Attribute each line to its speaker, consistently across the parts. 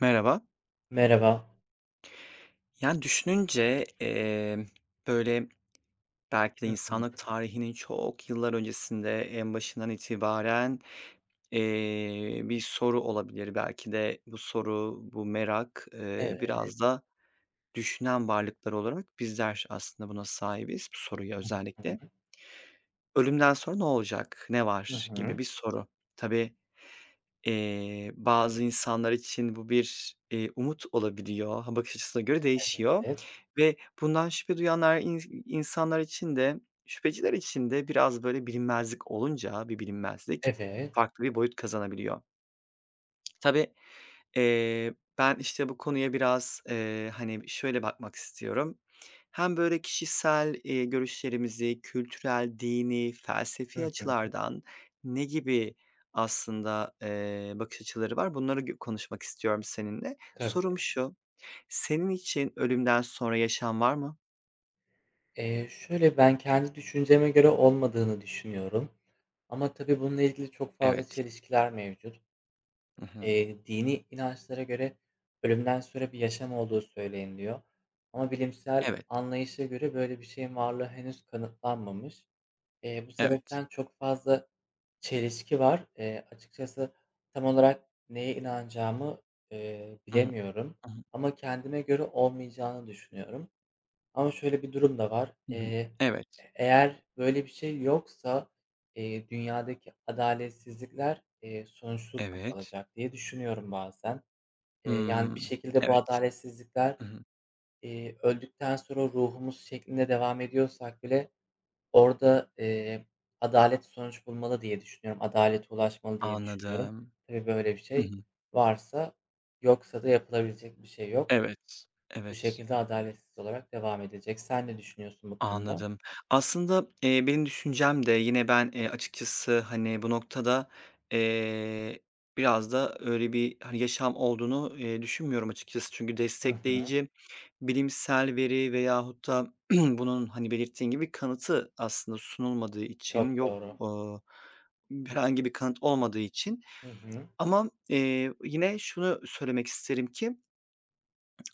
Speaker 1: Merhaba.
Speaker 2: Merhaba.
Speaker 1: Yani, düşününce, böyle, belki de
Speaker 2: Hı hı.
Speaker 1: insanlık tarihinin çok yıllar öncesinde en başından itibaren, bir soru olabilir. Belki de bu soru, bu merak,
Speaker 2: Evet.
Speaker 1: biraz da düşünen varlıklar olarak bizler aslında buna sahibiz, bu soruya
Speaker 2: Hı hı.
Speaker 1: özellikle. Ölümden sonra ne olacak, ne
Speaker 2: Hı
Speaker 1: var
Speaker 2: hı.
Speaker 1: gibi bir soru. Tabii. Bazı insanlar için bu bir, umut olabiliyor. Ha, bakış açısına göre değişiyor
Speaker 2: Evet.
Speaker 1: ve bundan şüphe duyanlar insanlar için de şüpheciler için de biraz, böyle, bilinmezlik olunca bir bilinmezlik
Speaker 2: Evet.
Speaker 1: farklı bir boyut kazanabiliyor. Tabii. Ben, işte, bu konuya biraz, hani, şöyle bakmak istiyorum. Hem böyle kişisel, görüşlerimizi kültürel, dini,
Speaker 2: Hı
Speaker 1: felsefi
Speaker 2: hı.
Speaker 1: açılardan ne gibi aslında, bakış açıları var, bunları gö konuşmak istiyorum seninle.
Speaker 2: Tabii.
Speaker 1: Sorum şu, senin için ölümden sonra yaşam var mı?
Speaker 2: Şöyle, ben kendi düşünceme göre olmadığını düşünüyorum ama tabii bununla ilgili çok fazla
Speaker 1: Evet.
Speaker 2: çelişkiler mevcut.
Speaker 1: Hı.
Speaker 2: Dini inançlara göre ölümden sonra bir yaşam olduğu söyleniliyor ama bilimsel
Speaker 1: Evet,
Speaker 2: anlayışa göre böyle bir şeyin varlığı henüz kanıtlanmamış. Bu
Speaker 1: evet.
Speaker 2: sebepten çok fazla çelişki var. Açıkçası tam olarak neye inanacağımı,
Speaker 1: Hı hı.
Speaker 2: bilemiyorum
Speaker 1: Hı.
Speaker 2: ama kendime göre olmayacağını düşünüyorum. Ama şöyle bir durum da var.
Speaker 1: Evet,
Speaker 2: Eğer böyle bir şey yoksa, dünyadaki adaletsizlikler, sonuçsuz mu
Speaker 1: evet.
Speaker 2: kalacak diye düşünüyorum bazen. Yani, bir
Speaker 1: Hımm.
Speaker 2: şekilde bu
Speaker 1: Evet.
Speaker 2: adaletsizlikler,
Speaker 1: Hı.
Speaker 2: öldükten sonra ruhumuz şeklinde devam ediyorsak bile orada, adalet sonuç bulmalı diye düşünüyorum. Adalete ulaşmalı diye düşünüyorum.
Speaker 1: Anladım.
Speaker 2: Tabii, böyle bir şey varsa, yoksa da yapılabilecek bir şey yok.
Speaker 1: Evet,
Speaker 2: Bu
Speaker 1: evet.
Speaker 2: şekilde adaletsiz olarak devam edecek. Sen ne düşünüyorsun bu konuda?
Speaker 1: Anladım. Aslında, benim düşüncem de yine ben, açıkçası, hani, bu noktada, eee, biraz da öyle bir, hani, yaşam olduğunu, düşünmüyorum açıkçası. Çünkü
Speaker 2: Hı hı.
Speaker 1: destekleyici bilimsel veri veyahut da bunun, hani, belirttiğin gibi kanıtı aslında sunulmadığı için
Speaker 2: Çok
Speaker 1: yok,
Speaker 2: doğru.
Speaker 1: herhangi bir kanıt olmadığı için,
Speaker 2: Hı hı.
Speaker 1: ama, yine şunu söylemek isterim ki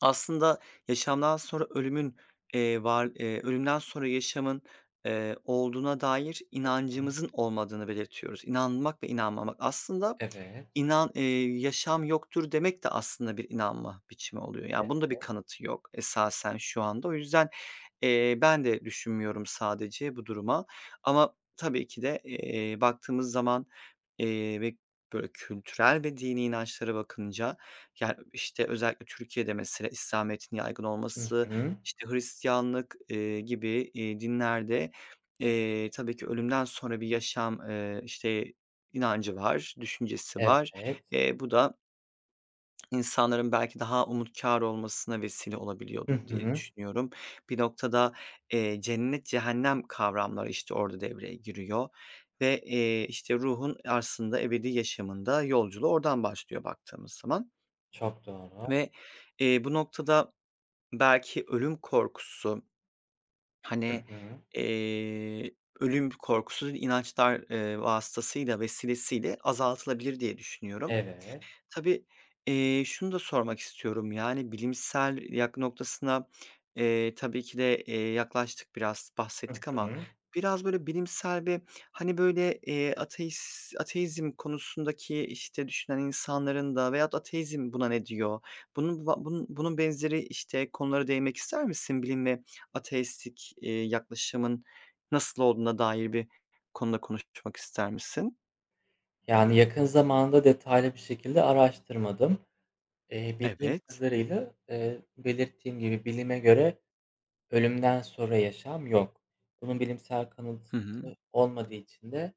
Speaker 1: aslında yaşamdan sonra ölümün, var ölümden sonra yaşamın, olduğuna dair
Speaker 2: Hı hı.
Speaker 1: inancımızın olmadığını belirtiyoruz. İnanmak ve inanmamak. Aslında
Speaker 2: Evet.
Speaker 1: inan yaşam yoktur demek de aslında bir inanma biçimi oluyor. Yani bunda bir kanıtı yok esasen şu anda. O yüzden, ben de düşünmüyorum sadece bu duruma, ama tabii ki de, baktığımız zaman, ve böyle kültürel ve dini inançlara bakınca, yani, işte, özellikle Türkiye'de mesela İslamiyet'in yaygın
Speaker 2: Hı
Speaker 1: olması,
Speaker 2: hı.
Speaker 1: işte, Hristiyanlık, gibi, dinlerde, tabii ki ölümden sonra bir yaşam, işte, inancı var, düşüncesi var.
Speaker 2: Evet.
Speaker 1: Bu da İnsanların belki daha umutkâr olmasına vesile
Speaker 2: Hı
Speaker 1: olabiliyordur diye
Speaker 2: hı.
Speaker 1: düşünüyorum. Bir noktada, cennet cehennem kavramları, işte, orada devreye giriyor ve, işte, ruhun aslında ebedi yaşamında yolculuğu oradan başlıyor baktığımız zaman
Speaker 2: Çok doğru.
Speaker 1: ve, bu noktada belki
Speaker 2: Hı
Speaker 1: hani,
Speaker 2: hı.
Speaker 1: eee, ölüm korkusu inançlar, vasıtasıyla, vesilesiyle azaltılabilir diye düşünüyorum.
Speaker 2: Evet.
Speaker 1: Tabii, şunu da sormak istiyorum, yani, bilimsel noktasına, tabii ki de, yaklaştık biraz,
Speaker 2: Hı
Speaker 1: bahsettik ama
Speaker 2: hı.
Speaker 1: biraz, böyle, bilimsel ve, hani, böyle, ateizm konusundaki, işte, düşünen insanların da veyahut ateizm buna ne diyor? Bunun va bunun bunun benzeri, işte, konulara değinmek ister misin? Bilim ve ateistik yaklaşımın nasıl olduğuna dair bir konuda konuşmak ister misin?
Speaker 2: Yani, yakın zamanda detaylı bir şekilde araştırmadım. Bildiğim
Speaker 1: Evet.
Speaker 2: kadarıyla, belirttiğim gibi bilime göre ölümden sonra yaşam yok. Bunun bilimsel kanıtı
Speaker 1: Hı hı.
Speaker 2: olmadığı için de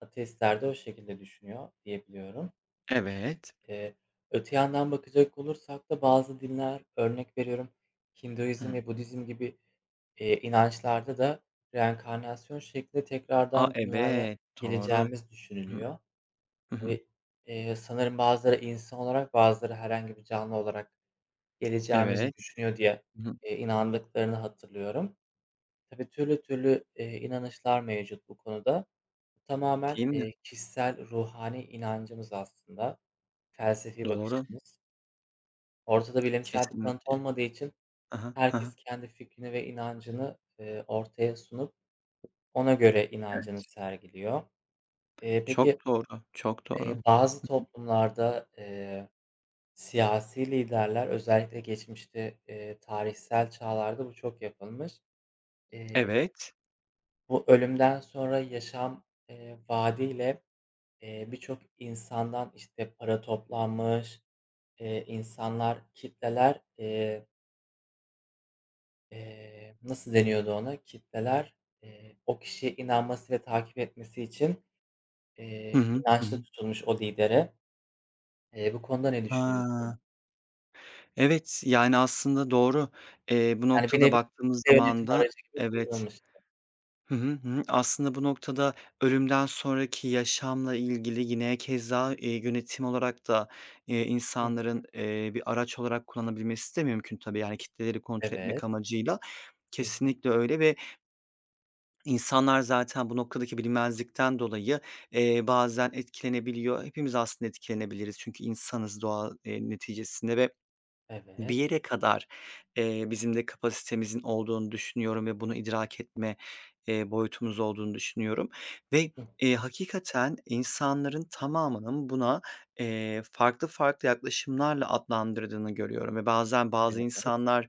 Speaker 2: ateistler de o şekilde düşünüyor diyebiliyorum.
Speaker 1: Evet.
Speaker 2: Eee, Öte yandan bakacak olursak da bazı dinler, örnek veriyorum, Hinduizm
Speaker 1: Hı.
Speaker 2: ve Budizm gibi, inançlarda da reenkarnasyon şeklinde
Speaker 1: A,
Speaker 2: tekrardan dünyaya
Speaker 1: evet, doğru.
Speaker 2: geleceğimiz
Speaker 1: Hı hı.
Speaker 2: düşünülüyor.
Speaker 1: Hı hı.
Speaker 2: Ve sanırım bazıları insan olarak, bazıları herhangi bir canlı olarak geleceğimizi
Speaker 1: Evet.
Speaker 2: düşünüyor diye,
Speaker 1: Hı hı.
Speaker 2: inandıklarını hatırlıyorum. Tabii türlü türlü, inanışlar mevcut bu konuda. Tamamen,
Speaker 1: Değil mi?
Speaker 2: kişisel ruhani inancımız aslında, felsefi
Speaker 1: Doğru.
Speaker 2: bakışımız. Ortada bilimsel bir kanıt
Speaker 1: Kesinlikle.
Speaker 2: olmadığı için
Speaker 1: Hı hı. Hı
Speaker 2: herkes
Speaker 1: hı.
Speaker 2: kendi fikrini ve inancını, ortaya sunup ona göre inancını
Speaker 1: Evet.
Speaker 2: sergiliyor.
Speaker 1: Çok
Speaker 2: Peki,
Speaker 1: doğru, çok doğru. Hı
Speaker 2: bazı
Speaker 1: hı.
Speaker 2: toplumlarda, siyasi liderler özellikle geçmişte, tarihsel çağlarda bu çok yapılmış. Eee,
Speaker 1: Evet.
Speaker 2: Bu ölümden sonra yaşam, vaadiyle, birçok insandan, işte, para toplanmış, insanlar, kitleler, nasıl deniyordu ona? Kitleler, o kişiye inanması ve takip etmesi için,
Speaker 1: Hı hı. Hı
Speaker 2: inançlı
Speaker 1: hı.
Speaker 2: tutulmuş o lidere. Bu konuda ne düşünüyorsun?
Speaker 1: Ha, evet, yani, aslında doğru. Bu
Speaker 2: Yani bir
Speaker 1: noktada
Speaker 2: nevi
Speaker 1: baktığımız
Speaker 2: kitle
Speaker 1: zaman
Speaker 2: yönetimi
Speaker 1: da
Speaker 2: aracı gibi
Speaker 1: evet.
Speaker 2: kullanılmış.
Speaker 1: Hı hı. Hı. Aslında bu noktada ölümden sonraki yaşamla ilgili yine keza, yönetim olarak da,
Speaker 2: Hıh.
Speaker 1: insanların, bir araç olarak kullanabilmesi de mümkün tabii. Yani kitleleri kontrol
Speaker 2: Evet.
Speaker 1: etmek amacıyla. Kesinlikle öyle ve insanlar zaten bu noktadaki bilinmezlikten dolayı, bazen etkilenebiliyor. Hepimiz aslında etkilenebiliriz çünkü insanız doğa, neticesinde ve bir
Speaker 2: Evet.
Speaker 1: yere kadar, bizim de kapasitemizin olduğunu düşünüyorum ve bunu idrak etme, boyutumuz olduğunu düşünüyorum ve,
Speaker 2: Hı.
Speaker 1: hakikaten insanların tamamının buna, farklı farklı yaklaşımlarla adlandırdığını görüyorum ve bazen bazı
Speaker 2: Evet, evet.
Speaker 1: insanlar,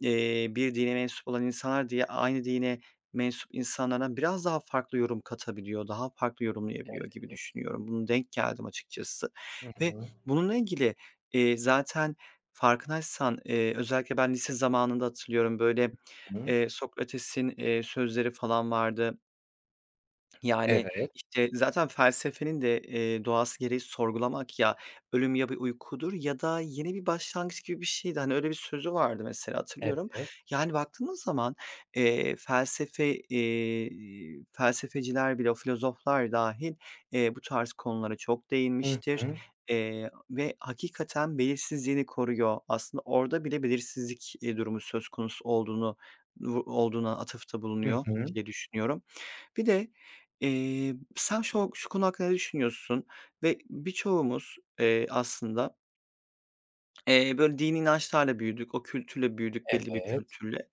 Speaker 1: Bir dine mensup olan insanlar diye aynı dine mensup insanlardan biraz daha farklı yorum katabiliyor, daha farklı yorumlayabiliyor gibi düşünüyorum. Buna denk geldim açıkçası
Speaker 2: Hı
Speaker 1: ve
Speaker 2: hı.
Speaker 1: bununla ilgili, zaten farkındaysan, özellikle ben lise zamanında hatırlıyorum, böyle,
Speaker 2: Hı.
Speaker 1: Sokrates'in, sözleri falan vardı. Yani,
Speaker 2: Evet,
Speaker 1: işte, zaten felsefenin de, doğası gereği sorgulamak ya, ölüm ya bir uykudur ya da yeni bir başlangıç gibi bir şeydi. Hani, öyle bir sözü vardı mesela hatırlıyorum.
Speaker 2: evet.
Speaker 1: Yani, baktığımız zaman, felsefeciler bile, filozoflar dâhil, bu tarz konulara çok
Speaker 2: Hı
Speaker 1: değinmiştir,
Speaker 2: hı.
Speaker 1: ve hakikaten belirsizliğini koruyor. Aslında orada bile belirsizlik, durumu söz konusu olduğunu vu olduğuna atıfta
Speaker 2: Hı
Speaker 1: bulunuyor
Speaker 2: hı.
Speaker 1: diye düşünüyorum. Bir de, sen şu konu hakkında ne düşünüyorsun? Ve birçoğumuz, aslında böyle, dini inançlarla büyüdük, o kültürle büyüdük, belli bir
Speaker 2: Evet.
Speaker 1: kültürle.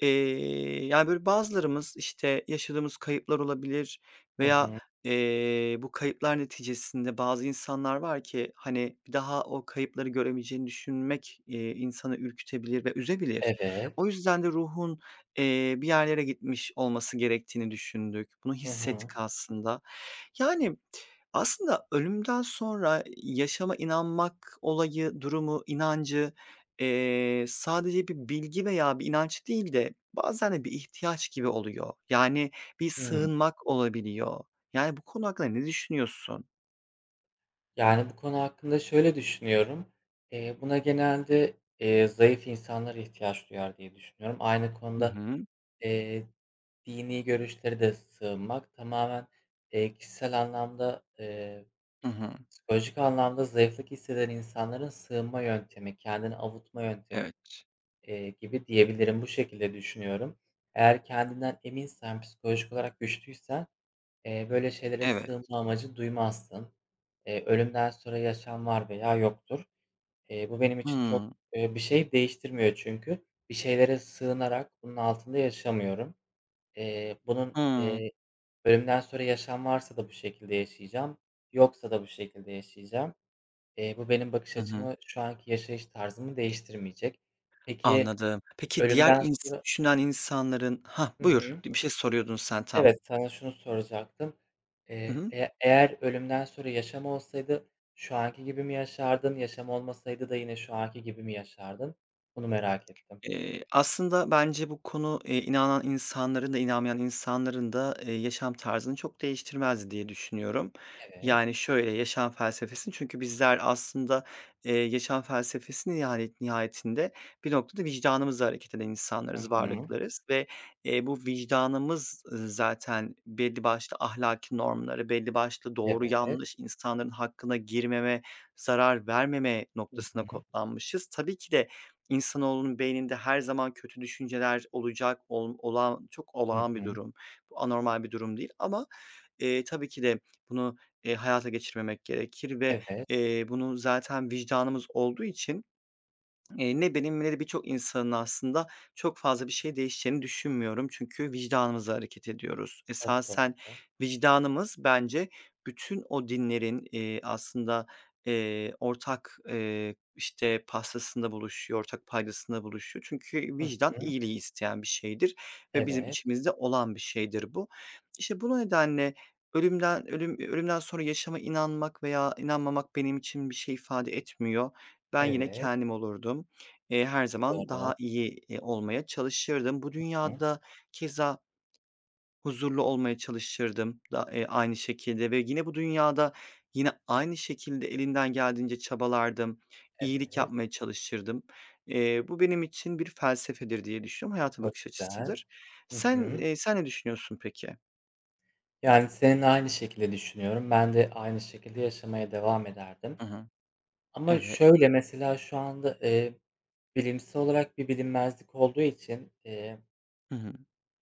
Speaker 1: Yani, böyle, bazılarımız, işte, yaşadığımız kayıplar olabilir
Speaker 2: Hı
Speaker 1: veya,
Speaker 2: hı.
Speaker 1: bu kayıplar neticesinde bazı insanlar var ki, hani, bir daha o kayıpları göremeyeceğini düşünmek, insanı ürkütebilir ve üzebilir. O
Speaker 2: Evet.
Speaker 1: yüzden de ruhun, bir yerlere gitmiş olması gerektiğini düşündük. Bunu
Speaker 2: Hı hı.
Speaker 1: hissettik aslında. Yani, aslında ölümden sonra yaşama inanmak olayı, durumu, inancı, sadece bir bilgi veya bir inanç değil de bazen de bir ihtiyaç gibi oluyor. Yani, bir
Speaker 2: Hımm.
Speaker 1: sığınmak olabiliyor. Yani, bu konu hakkında ne düşünüyorsun?
Speaker 2: Yani, bu konu hakkında şöyle düşünüyorum. Buna genelde, zayıf insanlar ihtiyaç duyar diye düşünüyorum. Aynı
Speaker 1: Hı
Speaker 2: konuda,
Speaker 1: hı.
Speaker 2: eee, dini görüşlere de sığınmak tamamen, kişisel anlamda,
Speaker 1: Hı hı.
Speaker 2: psikolojik anlamda zayıflık hisseden insanların sığınma yöntemi, kendini avutma yöntemi.
Speaker 1: Evet.
Speaker 2: Gibi diyebilirim. Bu şekilde düşünüyorum. Eğer kendinden eminsen, psikolojik olarak güçlüysen, böyle şeylere
Speaker 1: Evet.
Speaker 2: sığınma amacı duymazsın. Ölümden sonra yaşam var veya yoktur. Bu benim için çok,
Speaker 1: Hımm.
Speaker 2: bir şey değiştirmiyor çünkü. Bir şeylere sığınarak bunun altında yaşamıyorum. Eee, bunun,
Speaker 1: Hımm.
Speaker 2: eee, ölümden sonra yaşam varsa da bu şekilde yaşayacağım, yoksa da bu şekilde yaşayacağım. Bu benim bakış
Speaker 1: Hı hı.
Speaker 2: açımı, şu anki yaşayış tarzımı değiştirmeyecek. Peki
Speaker 1: Anladım. Peki diğer
Speaker 2: ölümden sonra.
Speaker 1: düşünen insanların ha
Speaker 2: Hı
Speaker 1: buyur.
Speaker 2: hı.
Speaker 1: Bir şey soruyordun sen tam.
Speaker 2: Evet, sana şunu soracaktım.
Speaker 1: Hı
Speaker 2: Eee,
Speaker 1: hı.
Speaker 2: eğe eğer ölümden sonra yaşam olsaydı şu anki gibi mi yaşardın? Yaşam olmasaydı da yine şu anki gibi mi yaşardın? Bunu merak ettim.
Speaker 1: Aslında bence bu konu, inanan insanların da inanmayan insanların da, yaşam tarzını çok değiştirmez diye düşünüyorum.
Speaker 2: Evet.
Speaker 1: Yani, şöyle, yaşam felsefesini çünkü bizler aslında, yaşam felsefesini nihayetinde bir noktada vicdanımızla hareket eden
Speaker 2: Hı
Speaker 1: insanlarız,
Speaker 2: hı.
Speaker 1: varlıklarız ve, bu vicdanımız, zaten belli başlı ahlaki normları, belli başlı doğru
Speaker 2: Evet.
Speaker 1: yanlış, insanların hakkına girmeme, zarar vermeme
Speaker 2: Hı
Speaker 1: noktasına
Speaker 2: hı.
Speaker 1: kodlanmışız. Tabii ki de İnsanoğlunun beyninde her zaman kötü düşünceler olacak, olağan çok
Speaker 2: Hı
Speaker 1: olağan bir
Speaker 2: hı.
Speaker 1: durum. Bu anormal bir durum değil, ama, tabii ki de bunu, hayata geçirmemek gerekir ve,
Speaker 2: Evet,
Speaker 1: bunu zaten vicdanımız olduğu için ne benim ne de birçok insanın aslında çok fazla bir şey değişeceğini düşünmüyorum. Çünkü vicdanımızla hareket ediyoruz.
Speaker 2: çok doğru.
Speaker 1: Esasen vicdanımız bence bütün o dinlerin, aslında, ortak, işte, pastasında buluşuyor, ortak paydasında buluşuyor. Çünkü
Speaker 2: Hı
Speaker 1: vicdan
Speaker 2: hı.
Speaker 1: iyiliği isteyen bir şeydir ve bizim
Speaker 2: Evet,
Speaker 1: içimizde olan bir şeydir bu. İşte, bu nedenle ölümden sonra yaşama inanmak veya inanmamak benim için bir şey ifade etmiyor. Ben yine
Speaker 2: evet,
Speaker 1: kendim olurdum. Her zaman
Speaker 2: katılıyorum.
Speaker 1: daha iyi, olmaya çalışırdım. Bu
Speaker 2: Hı.
Speaker 1: dünyada keza huzurlu olmaya çalışırdım da, aynı şekilde ve yine bu dünyada yine aynı şekilde elimden geldiğince çabalardım, iyilik
Speaker 2: Evet,
Speaker 1: yapmaya çalışırdım. Bu benim için bir felsefedir diye düşünüyorum, hayata
Speaker 2: çok
Speaker 1: bakış
Speaker 2: güzel.
Speaker 1: açısıdır.
Speaker 2: Hı
Speaker 1: Sen,
Speaker 2: hı.
Speaker 1: eee, sen ne düşünüyorsun peki?
Speaker 2: Yani, senin aynı şekilde düşünüyorum. Ben de aynı şekilde yaşamaya devam ederdim.
Speaker 1: Hı hı.
Speaker 2: Ama
Speaker 1: Evet.
Speaker 2: şöyle, mesela şu anda, bilimsel olarak bir bilinmezlik olduğu için,
Speaker 1: Hı hı.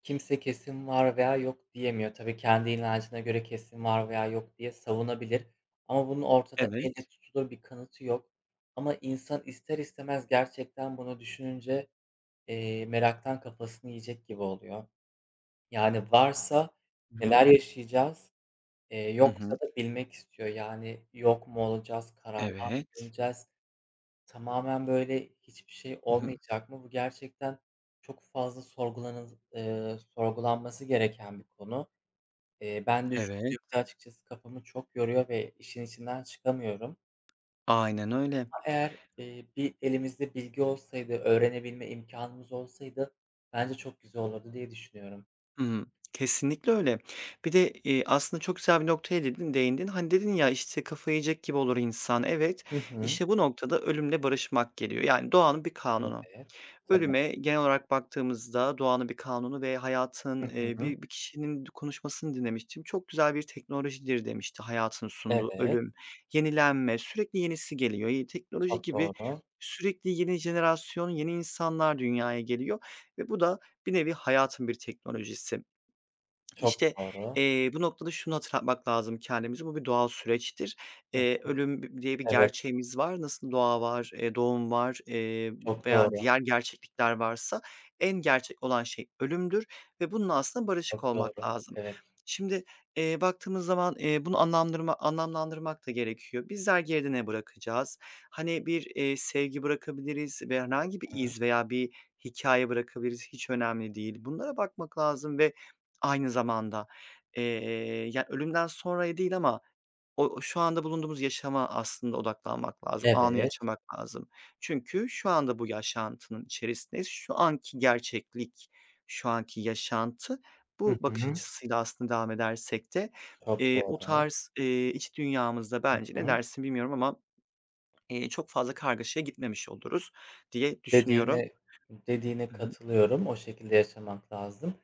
Speaker 2: kimse kesin var veya yok diyemiyor. Tabii kendi inancına göre kesin var veya yok diye savunabilir ama bunun ortada elle
Speaker 1: Evet.
Speaker 2: tutulur bir kanıtı yok. Ama insan ister istemez gerçekten bunu düşününce, meraktan kafasını yiyecek gibi oluyor. Yani varsa
Speaker 1: Hı hı.
Speaker 2: neler yaşayacağız,
Speaker 1: Hı
Speaker 2: yoksa
Speaker 1: hı.
Speaker 2: da bilmek istiyor. Yani yok mu olacağız, karanlığa mı
Speaker 1: Evet.
Speaker 2: gömüleceğiz? Tamamen, böyle, hiçbir şey
Speaker 1: Hı hı.
Speaker 2: olmayacak mı? Bu gerçekten çok fazla sorgulanıl sorgulanması gereken bir konu. Ben
Speaker 1: Evet.
Speaker 2: düşündüğümde açıkçası kafamı çok yoruyor ve işin içinden çıkamıyorum.
Speaker 1: Aynen öyle.
Speaker 2: Ama eğer, bir elimizde bilgi olsaydı, öğrenebilme imkanımız olsaydı bence çok güzel olurdu diye düşünüyorum.
Speaker 1: Hımm. Kesinlikle öyle. Bir de, aslında çok güzel bir noktaya değindin. Hani, dedin ya, işte, "Kafayı yiyecek gibi olur insan." Evet,
Speaker 2: Hı hı.
Speaker 1: işte, bu noktada ölümle barışmak geliyor. Yani doğanın bir kanunu.
Speaker 2: Evet. Tabii.
Speaker 1: Ölüme genel olarak baktığımızda doğanın bir kanunu ve hayatın,
Speaker 2: Hı hı.
Speaker 1: bir kişinin konuşmasını dinlemiştim. Çok güzel bir teknolojidir demişti hayatın sunduğu
Speaker 2: Evet.
Speaker 1: ölüm, yenilenme, sürekli yenisi geliyor. Teknoloji
Speaker 2: Çok
Speaker 1: gibi
Speaker 2: doğru.
Speaker 1: sürekli yeni jenerasyon, yeni insanlar dünyaya geliyor ve bu da bir nevi hayatın bir teknolojisi.
Speaker 2: Çok
Speaker 1: İşte,
Speaker 2: doğru.
Speaker 1: bu noktada şunu hatırlatmak lazım kendimize, bu bir doğal süreçtir.
Speaker 2: Hıh.
Speaker 1: Ölüm diye bir
Speaker 2: Evet.
Speaker 1: gerçeğimiz var. Nasıl doğa var, doğum var,
Speaker 2: Çok
Speaker 1: veya
Speaker 2: doğru.
Speaker 1: diğer gerçeklikler varsa en gerçek olan şey ölümdür ve bununla aslında barışık
Speaker 2: Çok
Speaker 1: olmak
Speaker 2: doğru.
Speaker 1: lazım.
Speaker 2: Evet.
Speaker 1: Şimdi, baktığımız zaman, bunu anlamlandırmak da gerekiyor. Bizler geride ne bırakacağız? Hani, bir, sevgi bırakabiliriz ve herhangi bir
Speaker 2: Hı.
Speaker 1: iz veya bir hikâye bırakabiliriz, hiç önemli değil. Bunlara bakmak lazım ve aynı zamanda, ya, ölümden sonraya değil ama o şu anda bulunduğumuz yaşama aslında odaklanmak lazım, anı
Speaker 2: Evet.
Speaker 1: yaşamak lazım. Çünkü şu anda bu yaşantının içerisindeyiz. Şu anki gerçeklik, şu anki yaşantı,
Speaker 2: Hı
Speaker 1: bu bakış
Speaker 2: hı.
Speaker 1: açısıyla aslında devam edersek de,
Speaker 2: Çok
Speaker 1: o
Speaker 2: doğru.
Speaker 1: tarz, iç dünyamızda bence ne
Speaker 2: Hı.
Speaker 1: dersin bilmiyorum, ama, çok fazla kargaşaya gitmemiş oluruz diye düşünüyorum.
Speaker 2: Dediğine dediğine
Speaker 1: Hı hı.
Speaker 2: katılıyorum. O şekilde yaşamak lazım.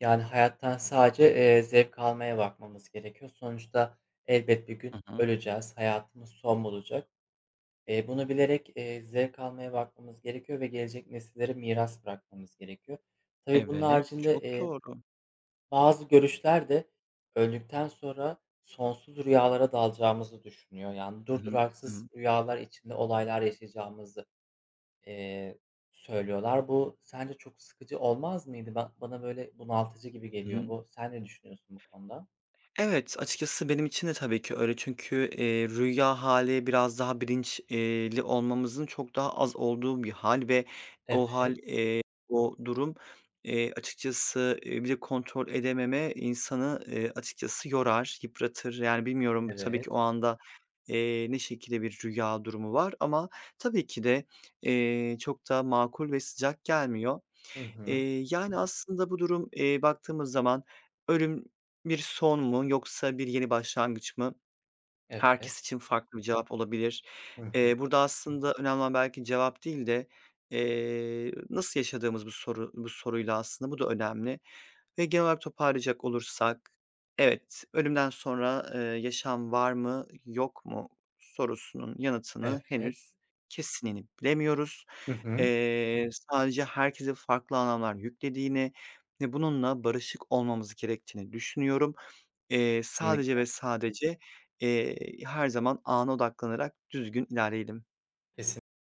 Speaker 2: Yani hayattan sadece, zevk almaya bakmamız gerekiyor. Sonuçta elbet bir
Speaker 1: Hı
Speaker 2: gün
Speaker 1: hı.
Speaker 2: öleceğiz. Hayatımız son bulacak. Bunu bilerek, zevk almaya bakmamız gerekiyor ve gelecek nesillere miras bırakmamız gerekiyor. Tabii bunun
Speaker 1: Evet,
Speaker 2: haricinde,
Speaker 1: çok doğru.
Speaker 2: bazı görüşler de öldükten sonra sonsuz rüyalara dalacağımızı düşünüyor. Yani
Speaker 1: Hı hı. Hı
Speaker 2: durduraksız
Speaker 1: hı.
Speaker 2: rüyalar içinde olaylar yaşayacağımızı. Eee, söylüyorlar. Bu sence çok sıkıcı olmaz mıydı? Bana böyle bunaltıcı gibi
Speaker 1: Hı
Speaker 2: geliyor
Speaker 1: hı.
Speaker 2: bu. Sen ne düşünüyorsun bu konuda?
Speaker 1: Evet, açıkçası benim için de tabii ki öyle. Çünkü, rüya hali biraz daha bilinç olmamızın çok daha az olduğu bir hal ve o hal,
Speaker 2: Evet,
Speaker 1: o durum, açıkçası, bir de kontrol edememe insanı, açıkçası yorar, yıpratır. Yani, bilmiyorum tabii
Speaker 2: evet.
Speaker 1: ki o anda, ne şekilde bir rüya durumu var, ama tabii ki de, çok da makul ve sıcak gelmiyor.
Speaker 2: Hı hı.
Speaker 1: Yani, aslında bu durum, baktığımız zaman ölüm bir son mu yoksa bir yeni başlangıç mı?
Speaker 2: Evet.
Speaker 1: Herkes için farklı bir cevap olabilir.
Speaker 2: Hı hı.
Speaker 1: Burada aslında önemli olan belki cevap değil de, nasıl yaşadığımız bu soruyla aslında bu da önemli. Ve genel olarak toparlayacak olursak, evet, ölümden sonra, yaşam var mı, yok mu sorusunun yanıtını
Speaker 2: Evet.
Speaker 1: henüz kesinini bilemiyoruz.
Speaker 2: Hı hı.
Speaker 1: Sadece herkese farklı anlamlar yüklediğini ve bununla barışık olmamız gerektiğini düşünüyorum. Sadece
Speaker 2: Kesinlikle.
Speaker 1: ve sadece, eee, her zaman ana odaklanarak düzgün ilerleyelim.
Speaker 2: Kesin